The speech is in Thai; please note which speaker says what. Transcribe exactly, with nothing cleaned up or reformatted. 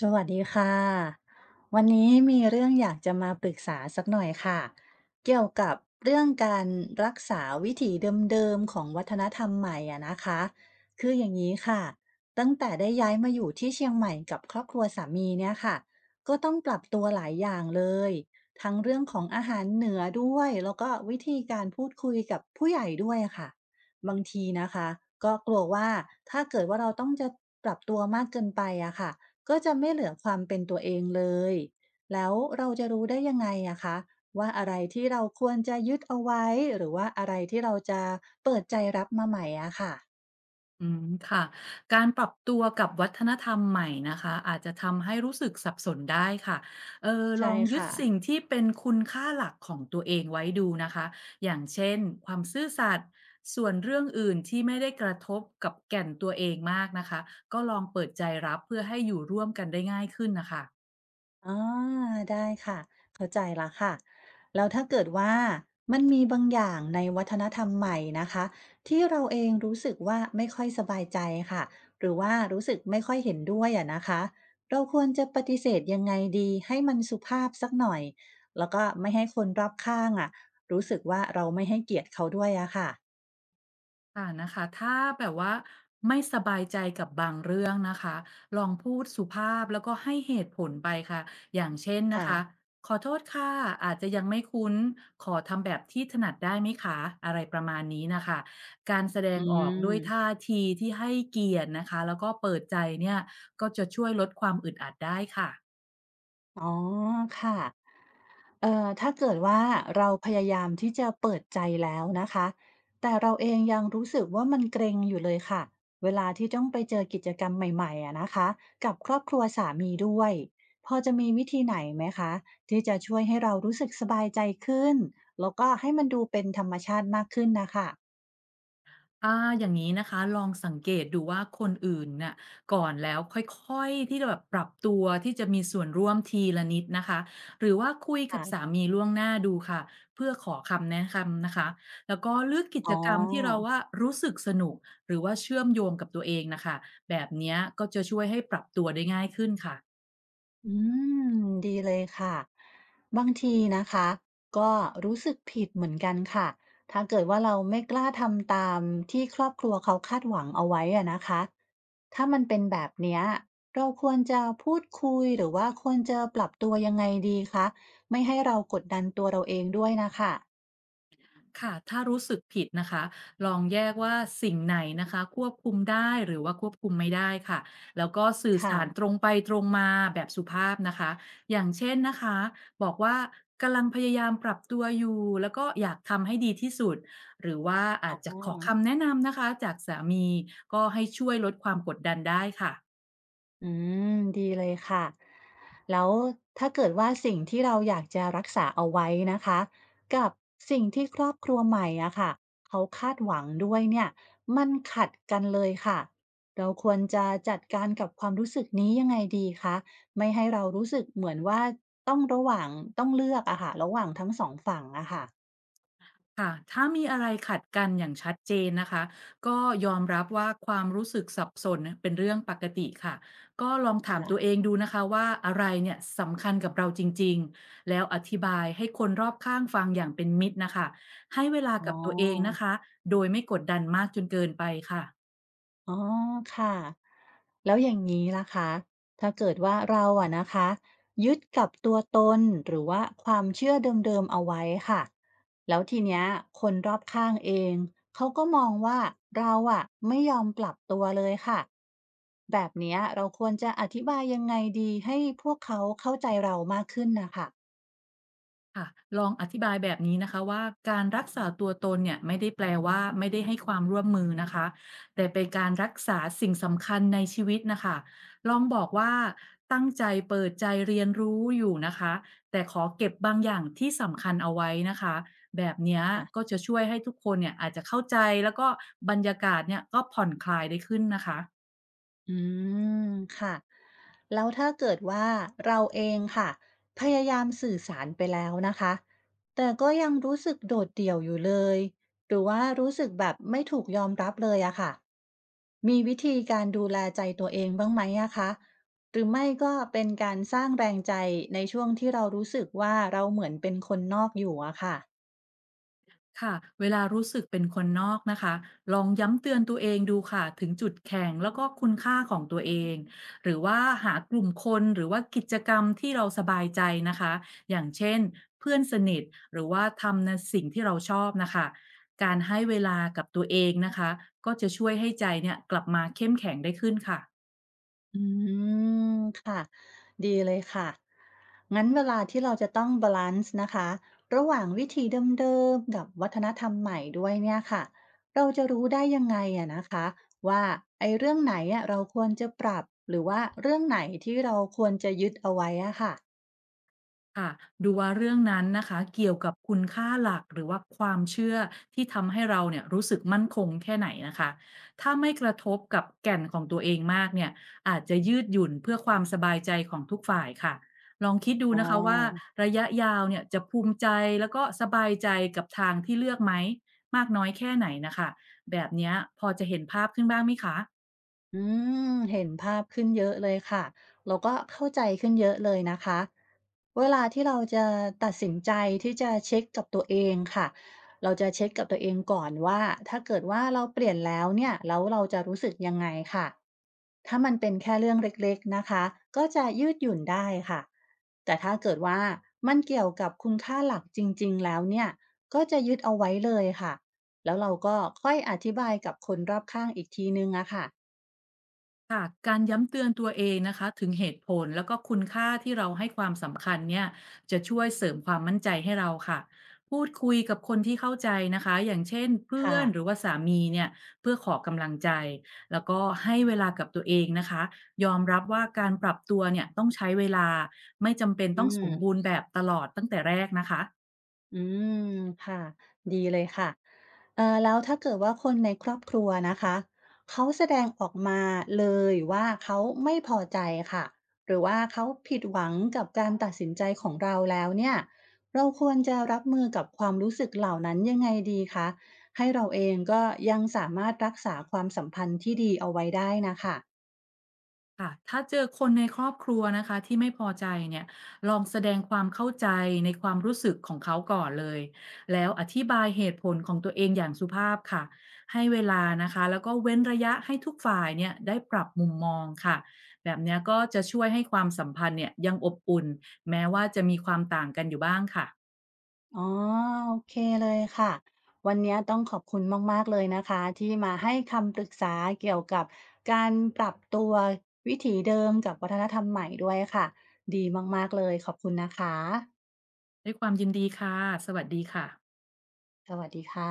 Speaker 1: สวัสดีค่ะวันนี้มีเรื่องอยากจะมาปรึกษาสักหน่อยค่ะเกี่ยวกับเรื่องการรักษาวิถีเดิมๆของวัฒนธรรมใหม่อะนะคะคืออย่างนี้ค่ะตั้งแต่ได้ย้ายมาอยู่ที่เชียงใหม่กับครอบครัวสามีเนี่ยค่ะก็ต้องปรับตัวหลายอย่างเลยทั้งเรื่องของอาหารเหนือด้วยแล้วก็วิธีการพูดคุยกับผู้ใหญ่ด้วยค่ะบางทีนะคะก็กลัวว่าถ้าเกิดว่าเราต้องจะปรับตัวมากเกินไปอะค่ะ ก็จะไม่เหลือความเป็นตัวเองเลย แล้วเราจะรู้ได้ยังไงอะคะว่าอะไรที่เราควรจะยึดเอาไว้หรือว่าอะไรที่เราจะเปิดใจรับมาใหม่อะค่ะ
Speaker 2: อืมค่ะการปรับตัวกับวัฒนธรรมใหม่นะคะอาจจะทำให้รู้สึกสับสนได้ค่ะเออล
Speaker 1: ใช่
Speaker 2: องยึด
Speaker 1: ค่ะ
Speaker 2: สิ่งที่เป็นคุณค่าหลักของตัวเองไว้ดูนะคะอย่างเช่นความซื่อสัตย์ส่วนเรื่องอื่นที่ไม่ได้กระทบกับแก่นตัวเองมากนะคะก็ลองเปิดใจรับเพื่อให้อยู่ร่วมกันได้ง่ายขึ้นนะคะ
Speaker 1: อ๋อได้ค่ะเข้าใจแล้วค่ะแล้วถ้าเกิดว่ามันมีบางอย่างในวัฒนธรรมใหม่นะคะที่เราเองรู้สึกว่าไม่ค่อยสบายใจค่ะหรือว่ารู้สึกไม่ค่อยเห็นด้วยอะนะคะเราควรจะปฏิเสธยังไงดีให้มันสุภาพสักหน่อยแล้วก็ไม่ให้คนรอบข้างอะรู้สึกว่าเราไม่ให้เกียรติเขาด้วยอะค่ะ
Speaker 2: ค่ะนะคะถ้าแบบว่าไม่สบายใจกับบางเรื่องนะคะลองพูดสุภาพแล้วก็ให้เหตุผลไปค่ะอย่างเช่นนะคะ
Speaker 1: ค่ะ
Speaker 2: ขอโทษค่ะอาจจะยังไม่คุ้นขอทำแบบที่ถนัดได้ไหมคะอะไรประมาณนี้นะคะการแสด
Speaker 1: อื
Speaker 2: งออกด้วย
Speaker 1: ม
Speaker 2: ท่าทีที่ให้เกียรตินะคะแล้วก็เปิดใจเนี่ยก็จะช่วยลดความอึดอัดได้ค่ะ
Speaker 1: อ๋อค่ะ เอ่อถ้าเกิดว่าเราพยายามที่จะเปิดใจแล้วนะคะแต่เราเองยังรู้สึกว่ามันเกรงอยู่เลยค่ะเวลาที่ต้องไปเจอกิจกรรมใหม่ๆอะนะคะกับครอบครัวสามีด้วยพอจะมีวิธีไหนไหมคะที่จะช่วยให้เรารู้สึกสบายใจขึ้นแล้วก็ให้มันดูเป็นธรรมชาติมากขึ้นน่ะค่ะ
Speaker 2: อาอย่างนี้นะคะลองสังเกตดูว่าคนอื่นน่ะก่อนแล้วค่อยๆที่จะแบบปรับตัวที่จะมีส่วนร่วมทีละนิดนะคะหรือว่าคุยกับ
Speaker 1: ค่ะ
Speaker 2: สามีล่วงหน้าดูค่ะเพื่อขอคำแนะคำนะคะแล้วก็เลือกกิ
Speaker 1: อ๋
Speaker 2: จกรรมที่เรา
Speaker 1: อ
Speaker 2: ว่ารู้สึกสนุกหรือว่าเชื่อมโยงกับตัวเองน่ะคะแบบเนี้ยก็จะช่วยให้ปรับตัวได้ง่ายขึ้นค่ะ
Speaker 1: อืมดีเลยค่ะบางทีนะคะก็รู้สึกผิดเหมือนกันค่ะถ้าเกิดว่าเราไม่กล้าทำตามที่ครอบครัวเขาคาดหวังเอาไว้อะนะคะถ้ามันเป็นแบบเนี้ยเราควรจะพูดคุยหรือว่าควรจะปรับตัวยังไงดีคะไม่ให้เรากดดันตัวเราเองด้วยนะคะ
Speaker 2: ค่ะถ้ารู้สึกผิดนะคะลองแยกว่าสิ่งไหนนะคะควบคุมได้หรือว่าควบคุมไม่ได้ค่ะแล้วก็สื่อ
Speaker 1: ค่ะ
Speaker 2: สารตรงไปตรงมาแบบสุภาพนะคะอย่างเช่นนะคะบอกว่ากำลังพยายามปรับตัวอยู่ แล้วก็อยากทำให้ดีที่สุด หรือว่าอา
Speaker 1: อ๋
Speaker 2: จจะ
Speaker 1: อ
Speaker 2: ขอคำแนะนำนะคะจากสามีก็ให้ช่วยลดความกดดันได้ค่ะ
Speaker 1: อืมดีเลยค่ะแล้วถ้าเกิดว่าสิ่งที่เราอยากจะรักษาเอาไว้นะคะกับสิ่งที่ครอบครัวใหม่อะค่ะเขาคาดหวังด้วยเนี่ยมันขัดกันเลยค่ะเราควรจะจัดการกับความรู้สึกนี้ยังไงดีคะไม่ให้เรารู้สึกเหมือนว่าต้องระหว่างต้องเลือกอะค่ะระหว่างทั้งสองฝั่งอะค่ะ
Speaker 2: ค่ะถ้ามีอะไรขัดกันอย่างชัดเจนนะคะก็ยอมรับว่าความรู้สึกสับสนเป็นเรื่องปกติค่ะก็ลองถาม
Speaker 1: ค่ะ
Speaker 2: ตัวเองดูนะคะว่าอะไรเนี่ยสำคัญกับเราจริงๆแล้วอธิบายให้คนรอบข้างฟังอย่างเป็นมิตรนะคะให้เวลา
Speaker 1: อ๋อ
Speaker 2: กับตัวเองนะคะโดยไม่กดดันมากจนเกินไปค่ะ
Speaker 1: อ๋อค่ะแล้วอย่างนี้ล่ะคะถ้าเกิดว่าเราอะนะคะยึดกับตัวตนหรือว่าความเชื่อเดิมๆเอาไว้ค่ะแล้วทีเนี้ยคนรอบข้างเองเขาก็มองว่าเราอะไม่ยอมปรับตัวเลยค่ะแบบเนี้ยเราควรจะอธิบายยังไงดีให้พวกเขาเข้าใจเรามากขึ้นนะคะ
Speaker 2: ค่ะลองอธิบายแบบนี้นะคะว่าการรักษาตัวตนเนี่ยไม่ได้แปลว่าไม่ได้ให้ความร่วมมือนะคะแต่เป็นการรักษาสิ่งสำคัญในชีวิตนะคะลองบอกว่าตั้งใจเปิดใจเรียนรู้อยู่นะคะแต่ขอเก็บบางอย่างที่สำคัญเอาไว้นะคะแบบเนี้ยก็
Speaker 1: ค่ะ
Speaker 2: จะช่วยให้ทุกคนเนี่ยอาจจะเข้าใจแล้วก็บรรยากาศเนี่ยก็ผ่อนคลายได้ขึ้นนะคะ
Speaker 1: อืมค่ะแล้วถ้าเกิดว่าเราเองค่ะพยายามสื่อสารไปแล้วนะคะแต่ก็ยังรู้สึกโดดเดี่ยวอยู่เลยหรือว่ารู้สึกแบบไม่ถูกยอมรับเลยอะค่ะมีวิธีการดูแลใจตัวเองบ้างไหมอะคะหรือไม่ก็เป็นการสร้างแรงใจในช่วงที่เรารู้สึกว่าเราเหมือนเป็นคนนอกอยู่อะค่ะ
Speaker 2: ค่ะเวลารู้สึกเป็นคนนอกนะคะลองย้ำเตือนตัวเองดูค่ะถึงจุดแข็งแล้วก็คุณค่าของตัวเองหรือว่าหากลุ่มคนหรือว่ากิจกรรมที่เราสบายใจนะคะอย่างเช่นเพื่อนสนิทหรือว่าทำในสิ่งที่เราชอบนะคะการให้เวลากับตัวเองนะคะก็จะช่วยให้ใจเนี่ยกลับมาเข้มแข็งได้ขึ้นค่ะ
Speaker 1: อืมค่ะดีเลยค่ะงั้นเวลาที่เราจะต้องบาลานซ์นะคะระหว่างวิธีเดิมๆกับวัฒนธรรมใหม่ด้วยเนี่ยค่ะเราจะรู้ได้ยังไงอะนะคะว่าไอ้เรื่องไหนอะเราควรจะปรับหรือว่าเรื่องไหนที่เราควรจะยึดเอาไว้อะค่ะ
Speaker 2: ค่ะดูว่าเรื่องนั้นนะคะเกี่ยวกับคุณค่าหลักหรือว่าความเชื่อที่ทำให้เราเนี่ยรู้สึกมั่นคงแค่ไหนนะคะถ้าไม่กระทบกับแก่นของตัวเองมากเนี่ยอาจจะยืดหยุ่นเพื่อความสบายใจของทุกฝ่ายค่ะลองคิดดู
Speaker 1: อ๋
Speaker 2: นะคะว่า
Speaker 1: อ
Speaker 2: ระยะยาวเนี่ยจะภูมิใจแล้วก็สบายใจกับทางที่เลือกไหมมากน้อยแค่ไหนนะคะแบบเนี้ยพอจะเห็นภาพขึ้นบ้างไหมคะ
Speaker 1: อืมเห็นภาพขึ้นเยอะเลยค่ะเราก็เข้าใจขึ้นเยอะเลยนะคะเวลาที่เราจะตัดสินใจที่จะเช็กกับตัวเองค่ะเราจะเช็กกับตัวเองก่อนว่าถ้าเกิดว่าเราเปลี่ยนแล้วเนี่ยแล้วเราจะรู้สึกยังไงค่ะถ้ามันเป็นแค่เรื่องเล็กๆนะคะก็จะยืดหยุ่นได้ค่ะแต่ถ้าเกิดว่ามันเกี่ยวกับคุณค่าหลักจริงๆแล้วเนี่ยก็จะยึดเอาไว้เลยค่ะแล้วเราก็ค่อยอธิบายกับคนรอบข้างอีกทีนึงอะค่ะ
Speaker 2: ค่ะการย้ำเตือนตัวเองนะคะถึงเหตุผลแล้วก็คุณค่าที่เราให้ความสำคัญเนี่ยจะช่วยเสริมความมั่นใจให้เราค่ะพูดคุยกับคนที่เข้าใจนะคะอย่างเช่นเพื่อ
Speaker 1: ค่ะ
Speaker 2: นหรือว่าสามีเนี่ยเพื่อขอกำลังใจแล้วก็ให้เวลากับตัวเองนะคะยอมรับว่าการปรับตัวเนี่ยต้องใช้เวลาไม่จำเป็น
Speaker 1: อื
Speaker 2: ต้องสม
Speaker 1: ม
Speaker 2: บูรณ์แบบตลอดตั้งแต่แรกนะคะ
Speaker 1: อืมค่ะดีเลยค่ะเอ่อแล้วถ้าเกิดว่าคนในครอบครัวนะคะ เขาแสดงออกมาเลยว่าเขาไม่พอใจค่ะ หรือว่าเขาผิดหวังกับการตัดสินใจของเราแล้วเนี่ย เราควรจะรับมือกับความรู้สึกเหล่านั้นยังไงดีคะ ให้เราเองก็ยังสามารถรักษาความสัมพันธ์ที่ดีเอาไว้ได้นะคะ
Speaker 2: ค่ะถ้าเจอคนในครอบครัวนะคะที่ไม่พอใจเนี่ยลองแสดงความเข้าใจในความรู้สึกของเขาก่อนเลยแล้วอธิบายเหตุผลของตัวเองอย่างสุภาพค่ะให้เวลานะคะแล้วก็เว้นระยะให้ทุกฝ่ายเนี่ยได้ปรับมุมมองค่ะแบบเนี้ยก็จะช่วยให้ความสัมพันธ์เนี่ยยังอบอุ่นแม้ว่าจะมีความต่างกันอยู่บ้างค่ะ
Speaker 1: อ๋อโอเคเลยค่ะวันนี้ต้องขอบคุณมากๆเลยนะคะที่มาให้คำปรึกษาเกี่ยวกับการปรับตัววิถีเดิมกับวัฒนธรรมใหม่ด้วยค่ะดีมากๆเลยขอบคุณนะคะ
Speaker 2: ด้วยความยินดีค่ะสวัสดีค่ะ
Speaker 1: สวัสดีค่ะ